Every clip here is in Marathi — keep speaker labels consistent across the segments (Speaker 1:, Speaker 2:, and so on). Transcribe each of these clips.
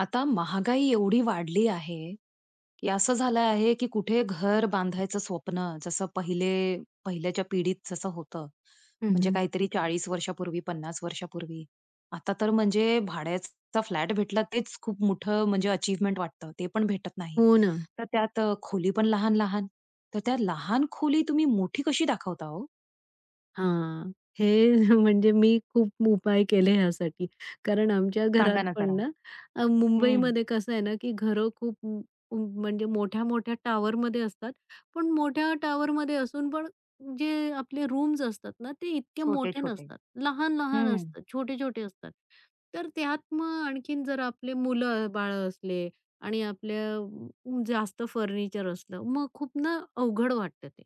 Speaker 1: आता महागाई एवढी वाढली आहे, की असं झालं आहे, की कुठे घर बांधायचं स्वप्न जसं पहिले पहिल्याच्या पिढीत जसं होतं. म्हणजे
Speaker 2: हं,
Speaker 1: काहीतरी 40 वर्षापूर्वी, 50 वर्षापूर्वी. आता तर म्हणजे भाड्याचा फ्लॅट भेटला तेच खूप मोठं म्हणजे अचीव्हमेंट वाटतं. ते पण भेटत नाही.
Speaker 2: हो ना.
Speaker 1: तर त्यात खोली पण लहान-लहान. तर त्या लहान खोली तुम्ही मोठी कशी दाखवता हो?
Speaker 2: हां. हे म्हणजे मी खूप उपाय केले ह्यासाठी. कारण आमच्या घरात
Speaker 1: सांगा ना
Speaker 2: पण
Speaker 1: जरा?
Speaker 2: ना,
Speaker 1: हं.
Speaker 2: मुंबईमध्ये कसं आहे ना, की घरं खूप म म- म्हणजे मोठ्या-मोठ्या टॉवरमध्ये असतात. पण मोठ्या टॉवरमध्ये असून पण जे आपले रूम्स असतात ना, ते इतके मोठे
Speaker 1: छोटे-छोटे.
Speaker 2: नसतात. लहान-लहान
Speaker 1: हं.
Speaker 2: असतात, छोटे-छोटे असतात. तर त्यात मग आणखीन जर आपले मुलं-बाळं असले आणि आपल्या जास्त फर्निचर असलं, मग खूप ना अवघड वाटतं ते.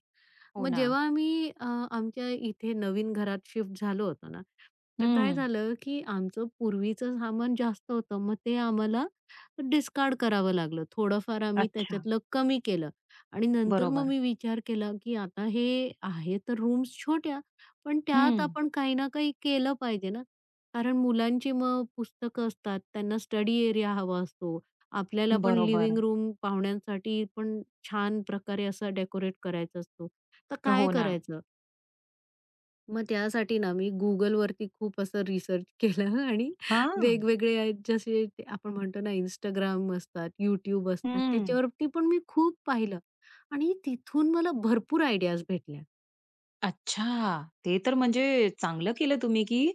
Speaker 1: हो
Speaker 2: मग
Speaker 1: ना.
Speaker 2: जेव्हा आम्ही आमच्या इथे नवीन घरात शिफ्ट झालो होतो ना, तर काय
Speaker 1: हं.
Speaker 2: झालं, की आमचं पूर्वीचं सामान जास्त होतं. मग ते आम्हाला डिस्कार्ड करावं लागलं. थोडंफार आम्ही
Speaker 1: अच्छा.
Speaker 2: त्याच्यातलं कमी केलं आणि नंतर मग
Speaker 1: बरोबर.
Speaker 2: मी विचार केला, की आता हे आहे तर रूम्स छोट्या, पण त्यात
Speaker 1: हं.
Speaker 2: आपण काही ना काही केलं पाहिजे ना. कारण मुलांची मग पुस्तकं असतात, त्यांना स्टडी एरिया हवा असतो. आपल्याला पण
Speaker 1: बरोबर.
Speaker 2: लिव्हिंग रूम पाहुण्यांसाठी पण छान प्रकारे असा डेकोरेट करायचा असतो. तर काय
Speaker 1: हो ना.
Speaker 2: करायचं? मग त्यासाठी ना मी Googleवरती खूप असं रिसर्च केलं आणि
Speaker 1: हां.
Speaker 2: वेगवेगळे जसे ते आपण म्हणतो ना Instagram असतात, YouTube असतात,
Speaker 1: हं.
Speaker 2: त्याच्यावरती पण मी खूप पाहिलं आणि तिथून मला भरपूर आयडियाज भेटल्या.
Speaker 1: अच्छा! ते तर म्हणजे चांगलं केलं तुम्ही, की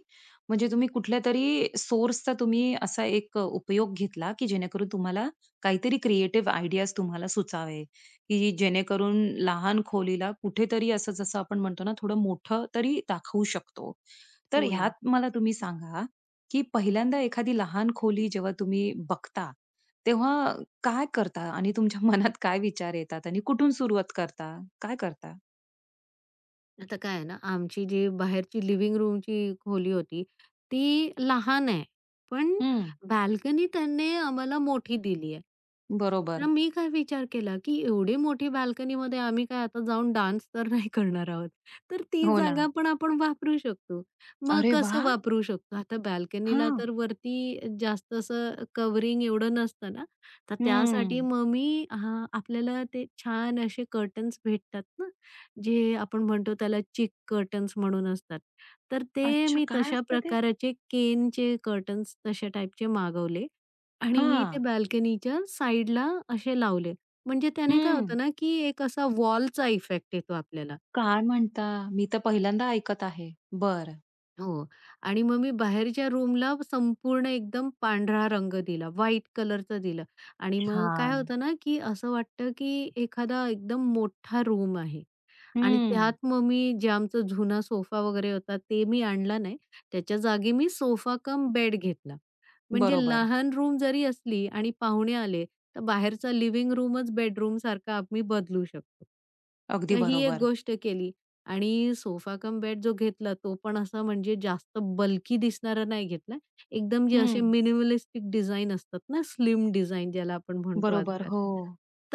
Speaker 1: म्हणजे तुम्ही कुठल्यातरी सोर्सचा असा एक उपयोग घेतला, की जेणेकरून तुम्हाला काहीतरी क्रिएटिव्ह आयडियाज सुचावे, की जेणेकरून लहान खोलीला कुठेतरी असं जसं आपण म्हणतो ना, थोडं मोठं तरी दाखवू शकतो. तर
Speaker 2: हो ना.
Speaker 1: ह्यात मला तुम्ही सांगा, की पहिल्यांदा एखादी लहान खोली जेव्हा तुम्ही बघता, तेव्हा काय करता आणि तुमच्या मनात काय विचार येतात आणि कुठून सुरुवात करता? काय करता?
Speaker 2: आता काय आहे ना, आमची जी बाहेरची लिव्हिंग रूमची खोली होती, ती लहान आहे. पण
Speaker 1: हं,
Speaker 2: बाल्कनी त्यांनी आम्हाला मोठी दिली आहे. मग
Speaker 1: बरोबर.
Speaker 2: मी काय विचार केला, की एवढी मोठी बाल्कनीमध्ये आम्ही काय आता जाऊन डान्स तर नाही करणार आहोत. तर ती
Speaker 1: हो ना.
Speaker 2: जागा पण आपण वापरू शकतो. मग
Speaker 1: अरे
Speaker 2: कसं
Speaker 1: वाह!
Speaker 2: वापरू शकतो? आता बाल्कनीला
Speaker 1: हां.
Speaker 2: तर वरती जास्त असं कव्हरिंग एवढं नसतं ना, तर
Speaker 1: हं.
Speaker 2: त्यासाठी मग मी हां, आपल्याला ते छान असे कर्टन्स भेटतात ना, जे आपण म्हणतो त्याला चिक कर्टन्स म्हणून असतात. तर ते
Speaker 1: अच्छा,
Speaker 2: मी
Speaker 1: काय
Speaker 2: तशा
Speaker 1: असतं ते?
Speaker 2: प्रकाराचे केनचे कर्टन्स तशा टाईपचे मागवले आणि मी ते
Speaker 1: हां.
Speaker 2: बाल्कनीच्या साइडला असे लावले. म्हणजे त्याने काय
Speaker 1: हं.
Speaker 2: होतं ना, की एक असा वॉलचा इफेक्ट येतो आपल्याला.
Speaker 1: काय म्हणता? मी तर पहिल्यांदा ऐकत आहे. बरं.
Speaker 2: हो. आणि मग मी बाहेरच्या रूमला संपूर्ण एकदम पांढरा रंग दिला, व्हाईट कलरचा दिला आणि मग काय
Speaker 1: छान.
Speaker 2: होतं ना, की असं वाटतं, की एखादा एकदम मोठा रूम आहे. आणि
Speaker 1: हं.
Speaker 2: त्यात मग मी जे आमचा जुना सोफा वगैरे होता ते मी आणला नाही. त्याच्या जागी मी सोफा कम बेड घेतला. म्हणजे
Speaker 1: बरोबर.
Speaker 2: लहान रूम जरी असली आणि पाहुणे आले, तर बाहेरचा लिव्हिंग रूमच बेडरूमसारखा आम्ही बदलू शकतो.
Speaker 1: अगदी
Speaker 2: तर ही एक
Speaker 1: बरोबर.
Speaker 2: गोष्ट केली आणि सोफा कम बेड जो घेतला तो पण असा म्हणजे जास्त बल्की दिसणारा नाही घेतला. एकदम जे असे
Speaker 1: हं.
Speaker 2: मिनिमलिस्टिक डिझाइन असतात ना, स्लिम डिझाइन ज्याला आपण म्हणतो
Speaker 1: बरोबर.
Speaker 2: आजकाल,
Speaker 1: हो.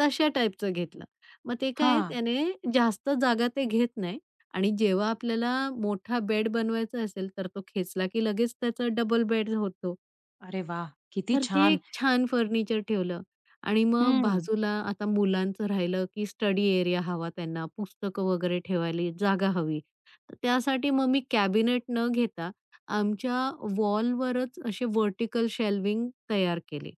Speaker 2: तशा टाईपचं घेतलं. मग ते काय आहे
Speaker 1: हां.
Speaker 2: त्याने जास्त जागा ते घेत नाही आणि जेव्हा आपल्याला मोठा बेड बनवायचा असेल, तर तो खेचला की लगेच त्याचा डबल बेड होतो.
Speaker 1: अरे वाह! किती
Speaker 2: तर ते
Speaker 1: छान.
Speaker 2: एक छान फर्निचर ठेवलं आणि मग
Speaker 1: हं.
Speaker 2: बाजूला आता मुलांचं राहिलं की स्टडी एरिया हवा त्यांना, पुस्तकं वगैरे ठेवायला जागा हवी. तर त्यासाठी मग मी कॅबिनेट न घेता आमच्या वॉलवरच असे व्हर्टिकल शेल्विंग तयार केले.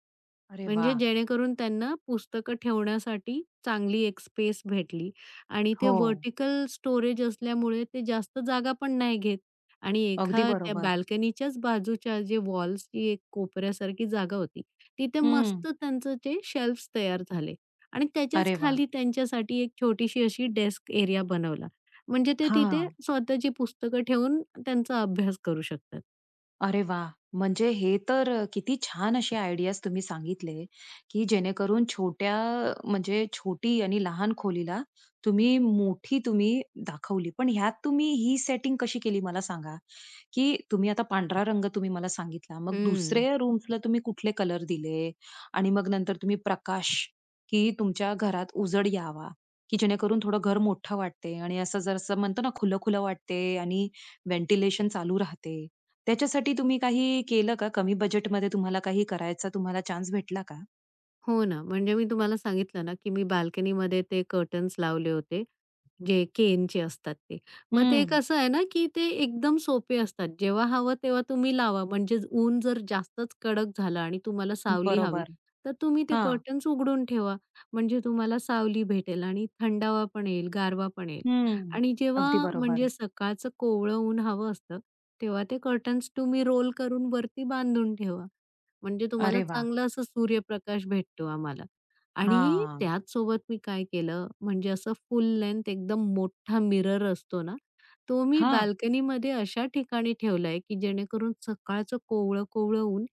Speaker 1: अरे
Speaker 2: म्हणजे
Speaker 1: वाह!
Speaker 2: जेणेकरून त्यांना पुस्तकं ठेवण्यासाठी चांगली एक स्पेस भेटली आणि ते
Speaker 1: हो.
Speaker 2: व्हर्टिकल स्टोरेज असल्यामुळे ते जास्त जागा पण नाही घेत आणि
Speaker 1: अगदी
Speaker 2: एका त्या
Speaker 1: बरोबर.
Speaker 2: बाल्कनीच्याच बाजूच्या जे वॉल्सची एक कोपऱ्यासारखी जागा होती, तिथे
Speaker 1: हं.
Speaker 2: मस्त त्यांचं ते शेल्फ्स तयार झाले आणि त्याच्याच
Speaker 1: अरे वाह!
Speaker 2: खाली त्यांच्यासाठी एक छोटीशी अशी डेस्क एरिया बनवला. म्हणजे ते तिथे
Speaker 1: हां.
Speaker 2: स्वतःची पुस्तकं ठेवून त्यांचा अभ्यास करू शकतात.
Speaker 1: अरे वा, म्हणजे हे तर किती छान असे आयडियाज तुम्ही सांगितले, की जेणेकरून छोट्या म्हणजे छोटी आणि लहान खोलीला तुम्ही मोठी दाखवली. पण ह्यात तुम्ही ही सेटिंग कशी केली मला सांगा, की तुम्ही आता पांढरा रंग तुम्ही मला सांगितला. मग
Speaker 2: हं.
Speaker 1: दुसऱ्या रूम्सला तुम्ही कुठले कलर दिले? आणि मग नंतर तुम्ही प्रकाश, की तुमच्या घरात उजड यावा, की जेणेकरून थोडं घर मोठं वाटते आणि असं म्हणतो ना खुलं-खुलं वाटते आणि व्हेंटिलेशन चालू राहते. त्याच्यासाठी तुम्ही काही केलं का? कमी बजेटमध्ये तुम्हाला काही करायचा चान्स भेटला का?
Speaker 2: हो ना, म्हणजे मी तुम्हाला सांगितलं ना, की मी बाल्कनीमध्ये ते कर्टन्स लावले होते, जे केनचे असतात ते. मग ते
Speaker 1: हं.
Speaker 2: कसं आहे ना, की ते एकदम सोपे असतात. जेव्हा हवं तेव्हा तुम्ही लावा. म्हणजे ऊन जर जास्तच कडक झालं आणि तुम्हाला सावली हवी,
Speaker 1: बरोबर.
Speaker 2: तर तुम्ही ते
Speaker 1: हां.
Speaker 2: कर्टन्स उघडून ठेवा. म्हणजे तुम्हाला सावली भेटेल आणि थंडावा पण येईल, गारवा पण येईल.
Speaker 1: हं.
Speaker 2: आणि जेव्हा
Speaker 1: अगदी बरोबर.
Speaker 2: म्हणजे सकाळचं कोवळं ऊन हवं असतं, तेव्हा ते कर्टन्स तुम्ही रोल करून वरती बांधून ठेवा. म्हणजे तुम्हाला
Speaker 1: अरे वाह!
Speaker 2: चांगला असा सूर्यप्रकाश भेटतो आम्हाला. आणि
Speaker 1: हां.
Speaker 2: त्याच सोबत मी काय केलं, म्हणजे असं फुल लेंग्थ एकदम मोठा मिरर असतो ना, तो मी
Speaker 1: हां.
Speaker 2: बाल्कनीमध्ये अशा ठिकाणी ठेवलाय, की जेणेकरून सकाळचं कोवळं-कोवळं ऊन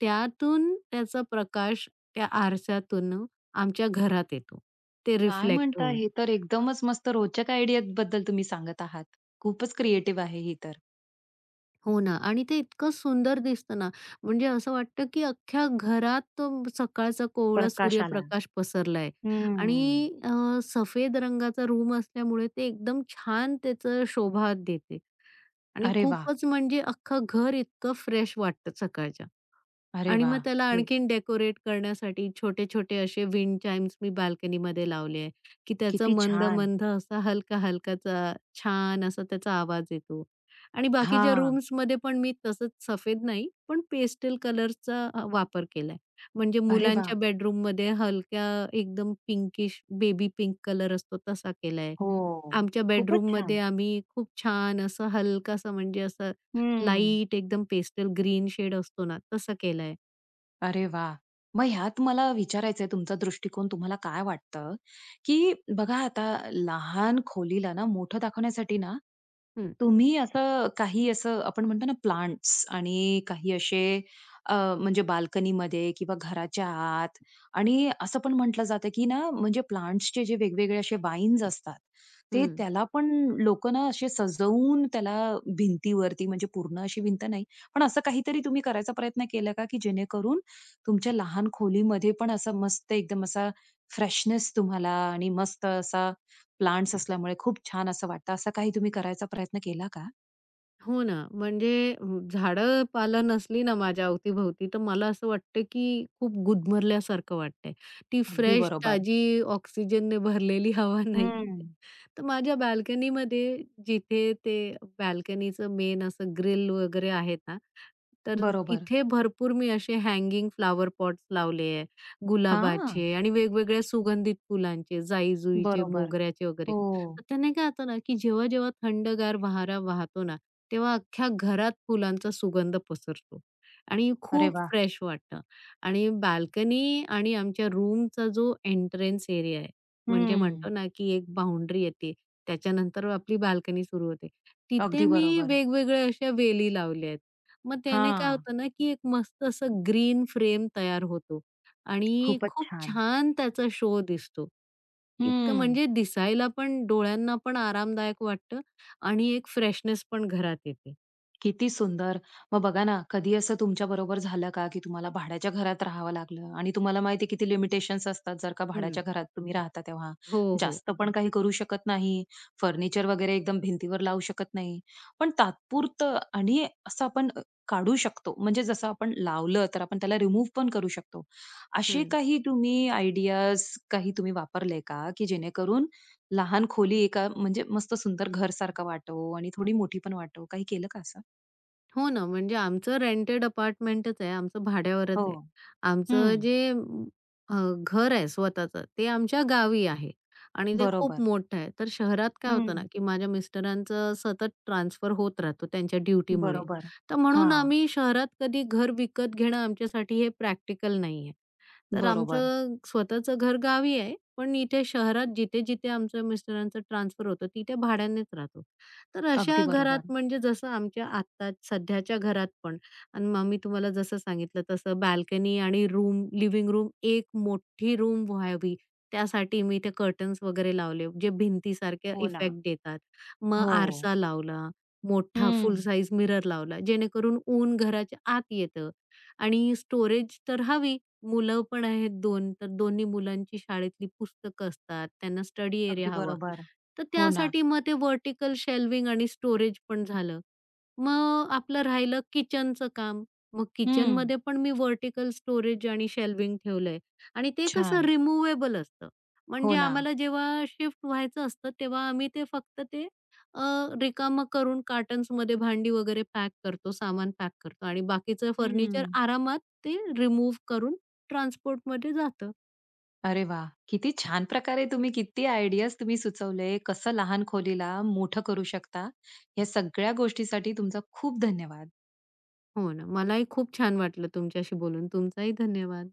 Speaker 2: त्यातून त्याचा प्रकाश त्या आरशातून आमच्या घरात येतो. ते
Speaker 1: काय
Speaker 2: रिफ्लेक्ट
Speaker 1: म्हणता?
Speaker 2: होऊन.
Speaker 1: हे तर एकदमच मस्त रोचक आयडियाबद्दल तुम्ही सांगत आहात. खूपच क्रिएटिव्ह आहे ही तर.
Speaker 2: हो ना आणि ते इतकं सुंदर दिसतं ना, म्हणजे असं वाटतं की अख्ख्या घरात तो सकाळचा कोवळा
Speaker 1: प्रकाशाला.
Speaker 2: सूर्यप्रकाश पसरलाय आणि
Speaker 1: हं.
Speaker 2: सफेद रंगाचा रूम असल्यामुळे ते एकदम छान त्याचं शोभा देते आणि
Speaker 1: अरे वाह!
Speaker 2: खूपच म्हणजे अख्खं घर इतकं फ्रेश वाटतं सकाळच्या.
Speaker 1: अरे
Speaker 2: आणि मग
Speaker 1: वाह!
Speaker 2: त्याला
Speaker 1: हे
Speaker 2: आणखीन डेकोरेट करण्यासाठी छोटे-छोटे असे विंड चाइम्स मी बाल्कनीमध्ये लावले आहे, की त्याचा
Speaker 1: किती छान.
Speaker 2: मंद-मंद असा हलका-हलकाचा छान असा त्याचा आवाज येतो. आणि बाकीच्या
Speaker 1: हां.
Speaker 2: रूम्समध्ये पण मी तसंच सफेद नाही, पण पेस्टल कलर्सचा वापर केलाय. म्हणजे
Speaker 1: अरे वाह!
Speaker 2: मुलांच्या बेडरूममध्ये हलक्या एकदम पिंकिश बेबी पिंक कलर असतो तसा केलाय.
Speaker 1: हो.
Speaker 2: आमच्या
Speaker 1: खूपच
Speaker 2: बेडरूममध्ये
Speaker 1: छान.
Speaker 2: आम्ही खूप छान असं हलकासा म्हणजे असं
Speaker 1: हं.
Speaker 2: लाईट एकदम पेस्टल ग्रीन शेड असतो ना तसा केलाय.
Speaker 1: अरे वाह! मग ह्यात मला विचारायचंय तुमचा दृष्टिकोन तुम्हाला काय वाटतं, की बघा आता लहान खोलीला ना मोठं दाखवण्यासाठी ना,
Speaker 2: हं,
Speaker 1: तुम्ही असं काही असं आपण म्हणतो ना प्लांट्स आणि काही असे अ, म्हणजे बाल्कनीमध्ये किंवा घराच्या आत आणि असं पण म्हटलं जातं, की ना म्हणजे प्लांट्सचे जे वेगवेगळे असे वाईन्स असतात, ते
Speaker 2: हं.
Speaker 1: त्याला पण लोकं ना असे सजवून त्याला भिंतीवरती म्हणजे पूर्ण अशी भिंत नाही, पण असं काहीतरी तुम्ही करायचा प्रयत्न केला का, की जेणेकरून तुमच्या लहान खोलीमध्ये पण असा मस्त एकदम असा फ्रेशनेस तुम्हाला आणि मस्त असा प्लांट्स असल्यामुळे खूप छान असं वाटतं. असं काही तुम्ही करायचा प्रयत्न केला का?
Speaker 2: हो ना, म्हणजे झाडं पाला नसली ना माझ्या अवतीभोवती, तर मला असं वाटतं की खूप गुदमरल्यासारखं वाटतंय. ती
Speaker 1: अगदी
Speaker 2: फ्रेश,
Speaker 1: बरोबर.
Speaker 2: ताजी ऑक्सिजनने भरलेली हवा नाही.
Speaker 1: हं.
Speaker 2: तर माझ्या बाल्कनीमध्ये जिथे ते बाल्कनीचं मेन असं ग्रिल वगैरे आहे ना, तर
Speaker 1: बरोबर.
Speaker 2: तिथे भरपूर मी असे हँगिंग फ्लावर पॉट्स लावले आहे.
Speaker 1: हां.
Speaker 2: गुलाबाचे आणि वेगवेगळ्या सुगंधित फुलांचे, जाई-जुईचे,
Speaker 1: बरोबर.
Speaker 2: मोगऱ्याचे वगैरे.
Speaker 1: हो.
Speaker 2: तर त्याने काय होतं ना, की जेव्हा-जेव्हा थंडगार वारा वाहतो ना, तेव्हा अख्ख्या घरात फुलांचा सुगंध पसरतो आणि
Speaker 1: अरे
Speaker 2: खूप
Speaker 1: वाह!
Speaker 2: फ्रेश वाटतं आणि बाल्कनी आणि आमच्या रूमचा जो एंट्रन्स एरिया आहे म्हणजे म्हणतो
Speaker 1: हं.
Speaker 2: ना, की एक बाउंडरी येते. त्याच्यानंतर आपली बाल्कनी सुरू होते. तिथे
Speaker 1: अगदी
Speaker 2: मी
Speaker 1: बरोबर.
Speaker 2: वेगवेगळ्या अशा वेली लावल्या आहेत. मग त्याने काय
Speaker 1: हां.
Speaker 2: होतं ना, की एक मस्त असं ग्रीन फ्रेम तयार होतो आणि
Speaker 1: खूपच
Speaker 2: खूप
Speaker 1: छान.
Speaker 2: छान त्याचा शो दिसतो. इतकं
Speaker 1: हं.
Speaker 2: म्हणजे दिसायला पण, डोळ्यांना पण आरामदायक वाटतं आणि एक फ्रेशनेस पण घरात येते.
Speaker 1: किती सुंदर! मग बघा ना, कधी असं तुमच्या बरोबर झालं का, की तुम्हाला भाड्याच्या घरात राहावं लागलं आणि तुम्हाला माहिती आहे किती लिमिटेशन्स असतात जर का
Speaker 2: हं.
Speaker 1: भाड्याच्या घरात तुम्ही राहता तेव्हा.
Speaker 2: हो, हो.
Speaker 1: जास्त पण काही करू शकत नाही, फर्निचर वगैरे एकदम भिंतीवर लावू शकत नाही. पण तात्पुरतं आणि असं आपण काढू शकतो. म्हणजे जसं आपण लावलं तर आपण त्याला रिमूव्ह पण करू शकतो. असे
Speaker 2: हं.
Speaker 1: काही तुम्ही आयडियाज काही तुम्ही वापरले का, की जेणेकरून लहान खोली एका म्हणजे मस्त सुंदर घरसारखं वाटो आणि थोडी मोठी पण वाटो? काही केलं का असं?
Speaker 2: हो ना, म्हणजे आमचं रेंटेड अपार्टमेंटच आहे. आमचं भाड्यावरच
Speaker 1: हो.
Speaker 2: आहे. आमचं
Speaker 1: हं.
Speaker 2: जे अ, घर आहे स्वतःचं, ते आमच्या गावी आहे आणि ते खूप
Speaker 1: बरोबर.
Speaker 2: मोठं आहे. तर शहरात काय होतं ना,
Speaker 1: हं.
Speaker 2: की माझ्या मिस्टरांचं सतत ट्रान्सफर होत राहतो त्यांच्या ड्युटीमुळे.
Speaker 1: बरोबर.
Speaker 2: तर म्हणून
Speaker 1: हां.
Speaker 2: आम्ही शहरात कधी घर विकत घेणं आमच्यासाठी हे प्रॅक्टिकल नाही आहे. तर
Speaker 1: बरोबर.
Speaker 2: आमचं स्वतःचं घर गावी आहे, पण इथे शहरात जिथे-जिथे आमच्या मिस्टरांचं ट्रान्सफर होतं, तिथे भाड्यानेच राहतो. तर
Speaker 1: अगदी
Speaker 2: अशा
Speaker 1: बरोबर.
Speaker 2: घरात म्हणजे जसं आमच्या आत्ता सध्याच्या घरात पण आणि मग मी तुम्हाला जसं सांगितलं तसं बाल्कनी आणि रूम लिव्हिंग रूम एक मोठी रूम व्हावी त्यासाठी मी ते कर्टन्स वगैरे लावले जे भिंतीसारखे
Speaker 1: हो ना.
Speaker 2: इफेक्ट देतात. मग
Speaker 1: हो.
Speaker 2: आरसा लावला, मोठा फुल
Speaker 1: हं.
Speaker 2: साइज मिरर लावला जेणेकरून ऊन घराच्या आत येतं आणि स्टोरेज तर हवी. मुलं पण आहेत 2 तर दोन्ही मुलांची शाळेतली पुस्तकं असतात. त्यांना स्टडी
Speaker 1: अगदी
Speaker 2: एरिया हवा.
Speaker 1: बरोबर.
Speaker 2: तर
Speaker 1: हो ना.
Speaker 2: त्यासाठी मग ते व्हर्टिकल शेल्विंग आणि स्टोरेज पण झालं. मग आपलं राहिलं किचनचं काम. मग
Speaker 1: हं.
Speaker 2: किचनमध्ये पण मी व्हर्टिकल स्टोरेज आणि शेल्विंग ठेवलंय आणि ते कसं
Speaker 1: छान.
Speaker 2: रिमूव्हेबल असतं.
Speaker 1: हो
Speaker 2: म्हणजे
Speaker 1: ना.
Speaker 2: आम्हाला जेव्हा शिफ्ट व्हायचं असतं, तेव्हा आम्ही ते फक्त ते अ, रिकामं करून कार्टन्समध्ये भांडी वगैरे पॅक करतो, सामान पॅक करतो आणि बाकीचं फर्निचर
Speaker 1: हं.
Speaker 2: आरामात ते रिमूव्ह करून ट्रान्सपोर्टमध्ये जातं.
Speaker 1: अरे वा, किती छान प्रकारे तुम्ही किती आयडियाज तुम्ही सुचवले. कसं लहान खोलीला मोठं करू शकता. या सगळ्या गोष्टीसाठी तुमचा खूप धन्यवाद.
Speaker 2: हो ना. मलाही खूप छान वाटलं तुमच्याशी बोलून. तुमचाही धन्यवाद.